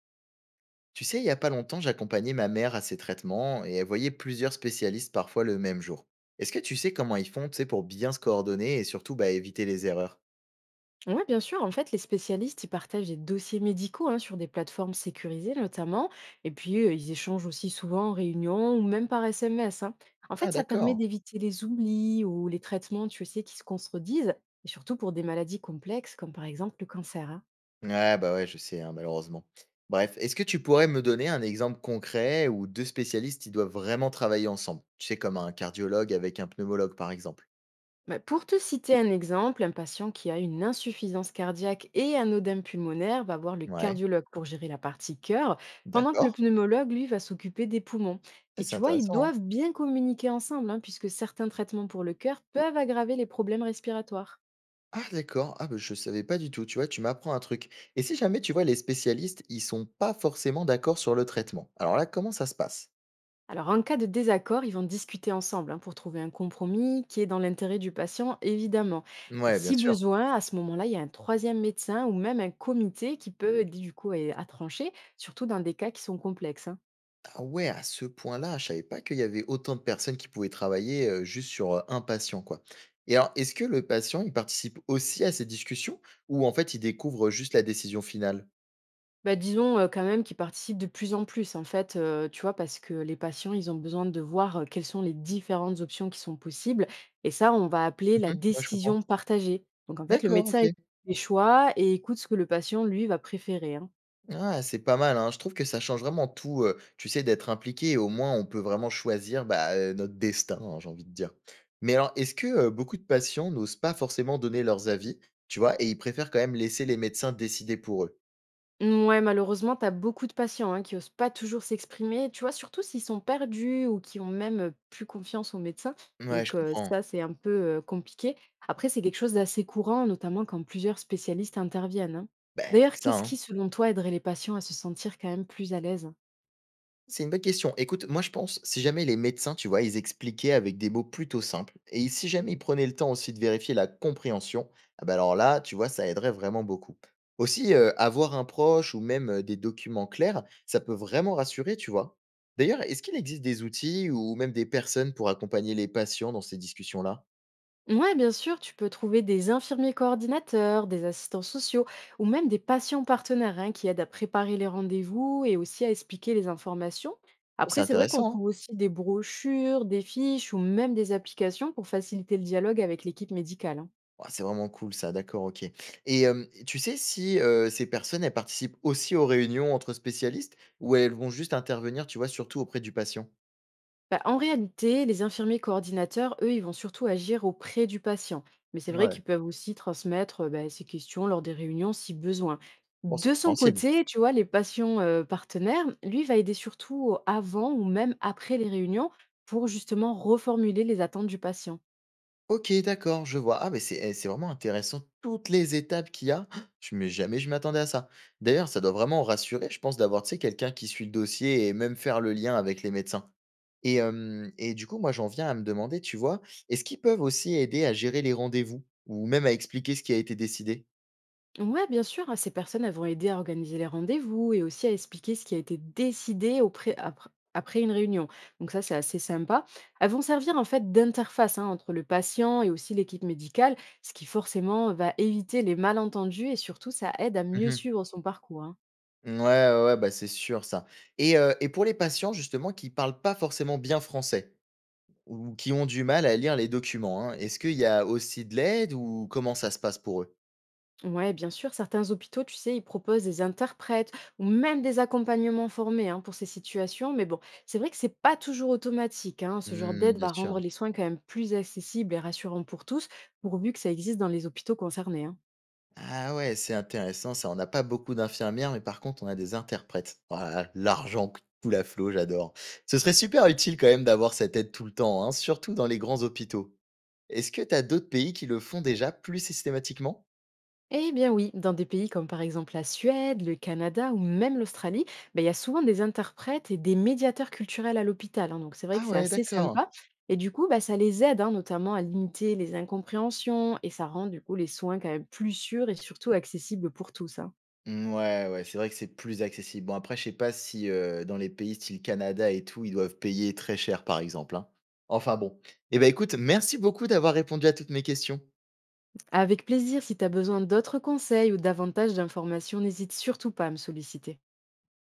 Tu sais, il y a pas longtemps, j'accompagnais ma mère à ses traitements et elle voyait plusieurs spécialistes parfois le même jour. Est-ce que tu sais comment ils font, tu sais, pour bien se coordonner et surtout éviter les erreurs. Oui, bien sûr. En fait, les spécialistes, ils partagent des dossiers médicaux, hein, sur des plateformes sécurisées notamment. Et puis, ils échangent aussi souvent en réunion ou même par SMS, hein. En Ah, fait, ça permet d'accord. d'éviter les oublis ou les traitements, tu sais, qui se contredisent. Et surtout pour des maladies complexes comme par exemple le cancer, hein. Ouais, bah ouais, je sais, hein, malheureusement. Bref, est-ce que tu pourrais me donner un exemple concret où deux spécialistes, ils doivent vraiment travailler ensemble? Tu sais, comme un cardiologue avec un pneumologue, par exemple. Bah, pour te citer un exemple, un patient qui a une insuffisance cardiaque et un odème pulmonaire va voir le Ouais, cardiologue pour gérer la partie cœur, pendant que le d'accord. pneumologue, lui, va s'occuper des poumons. Ah, Et c'est tu vois, ils intéressant, hein. doivent bien communiquer ensemble, hein, puisque certains traitements pour le cœur peuvent aggraver les problèmes respiratoires. Ah d'accord, ah bah, je savais pas du tout, tu vois, tu m'apprends un truc. Et si jamais, tu vois, les spécialistes, ils sont pas forcément d'accord sur le traitement, alors là, comment ça se passe? Alors, en cas de désaccord, ils vont discuter ensemble, hein, pour trouver un compromis qui est dans l'intérêt du patient, évidemment. Et Ouais, bien si sûr. besoin, à ce moment-là, il y a un troisième médecin ou même un comité qui peut aider du coup à trancher, surtout dans des cas qui sont complexes, hein. Ah ouais, à ce point-là, je savais pas qu'il y avait autant de personnes qui pouvaient travailler juste sur un patient, quoi. Et alors, est-ce que le patient, il participe aussi à ces discussions, ou en fait, il découvre juste la décision finale? Bah, disons, quand même qu'ils participent de plus en plus, en fait, tu vois? Parce que les patients, ils ont besoin de voir, quelles sont les différentes options qui sont possibles et ça, on va appeler la Mhm. Ouais, je comprends. décision partagée. Donc en fait, le D'accord, médecin, il ok. fait des choix et écoute ce que le patient, lui, va préférer, hein. Ah, c'est pas mal, hein. Je trouve que ça change vraiment tout, tu sais, d'être impliqué et au moins on peut vraiment choisir, bah, notre destin, hein, j'ai envie de dire. Mais alors, est-ce que, beaucoup de patients n'osent pas forcément donner leurs avis, tu vois? Et ils préfèrent quand même laisser les médecins décider pour eux? Mmh. Ouais, malheureusement, t'as beaucoup de patients, hein, qui osent pas toujours s'exprimer, tu vois? Surtout s'ils sont perdus ou qui ont même, plus confiance aux médecins. Ouais, je Donc comprends. ça, c'est un peu, compliqué. Après, c'est quelque chose d'assez courant, notamment quand plusieurs spécialistes interviennent, hein. Beh, D'ailleurs, c'est ça, qu'est-ce qui, hein. selon toi, aiderait les patients à se sentir quand même plus à l'aise? C'est une bonne question. Écoute, moi je pense, si jamais les médecins, tu vois, ils expliquaient avec des mots plutôt simples, et si jamais ils prenaient le temps aussi de vérifier la compréhension, ah bah alors là, tu vois, ça aiderait vraiment beaucoup. Aussi, avoir un proche ou même des documents clairs, ça peut vraiment rassurer, tu vois. D'ailleurs, est-ce qu'il existe des outils ou même des personnes pour accompagner les patients dans ces discussions-là? Ouais, bien sûr, tu peux trouver des infirmiers coordinateurs, des assistants sociaux ou même des patients partenaires, hein, qui aident à préparer les rendez-vous et aussi à expliquer les informations. Oh, c'est Après, c'est vrai qu'on intéressant, trouve hein. aussi des brochures, des fiches ou même des applications pour faciliter le dialogue avec l'équipe médicale, hein. Ah, c'est vraiment cool ça, d'accord, OK. Et tu sais si, ces personnes, elles participent aussi aux réunions entre spécialistes ou elles vont juste intervenir, tu vois, surtout auprès du patient? Bah, en réalité, les infirmiers coordinateurs, eux, ils vont surtout agir auprès du patient. Mais c'est vrai Ouais, qu'ils peuvent aussi transmettre bah, ces questions lors des réunions si besoin. bon, c'est De son compréhensible. côté, tu vois, les patients partenaires, lui, va aider surtout avant ou même après les réunions pour justement reformuler les attentes du patient. OK, d'accord, je vois. Ah, mais c'est vraiment intéressant toutes les étapes qu'il y a. Je mais jamais je m'attendais à ça. D'ailleurs, ça doit vraiment rassurer, je pense, d'avoir, tu sais, quelqu'un qui suit le dossier et même faire le lien avec les médecins. Et du coup, moi, j'en viens à me demander, tu vois, est-ce qu'ils peuvent aussi aider à gérer les rendez-vous ou même à expliquer ce qui a été décidé? Ouais, bien sûr, hein, ces personnes elles vont aider à organiser les rendez-vous et aussi à expliquer ce qui a été décidé après, après une réunion. Donc ça, c'est assez sympa. Elles vont servir en fait d'interface, hein, entre le patient et aussi l'équipe médicale, ce qui forcément va éviter les malentendus et surtout ça aide à mieux Mmh. suivre son parcours, hein. Mmh, ouais, ouais, ouais, bah, c'est sûr ça. Et pour les patients justement qui parlent pas forcément bien français ou qui ont du mal à lire les documents, hein, est-ce qu'il y a aussi de l'aide ou comment ça se passe pour eux? Ouais, bien sûr, certains hôpitaux, tu sais, ils proposent des interprètes ou même des accompagnements formés, hein, pour ces situations. Mais bon, c'est vrai que c'est pas toujours automatique, hein. Ce genre Mmh, d'aide bien va sûr. rendre les soins quand même plus accessibles et rassurants pour tous, pourvu que ça existe dans les hôpitaux concernés, hein. Ah ouais, c'est intéressant ça. On n'a pas beaucoup d'infirmières, mais par contre, on a des interprètes. Oh, l'argent coule à flot, j'adore. Ce serait super utile quand même d'avoir cette aide tout le temps, hein, surtout dans les grands hôpitaux. Est-ce que tu as d'autres pays qui le font déjà plus systématiquement? Eh bien oui, dans des pays comme par exemple la Suède, le Canada ou même l'Australie, ben, il y a souvent des interprètes et des médiateurs culturels à l'hôpital, hein. Donc c'est vrai Ah que c'est ouais, assez d'accord. sympa. Et du coup, bah, ça les aide, hein, notamment à limiter les incompréhensions et ça rend du coup les soins quand même plus sûrs et surtout accessibles pour tous, hein. Mmh, ouais, ouais, c'est vrai que c'est plus accessible. Bon après je sais pas si, dans les pays style Canada et tout, ils doivent payer très cher par exemple, hein. Enfin bon. Eh ben, écoute, merci beaucoup d'avoir répondu à toutes mes questions. Avec plaisir, si tu as besoin d'autres conseils ou davantage d'informations, n'hésite surtout pas à me solliciter.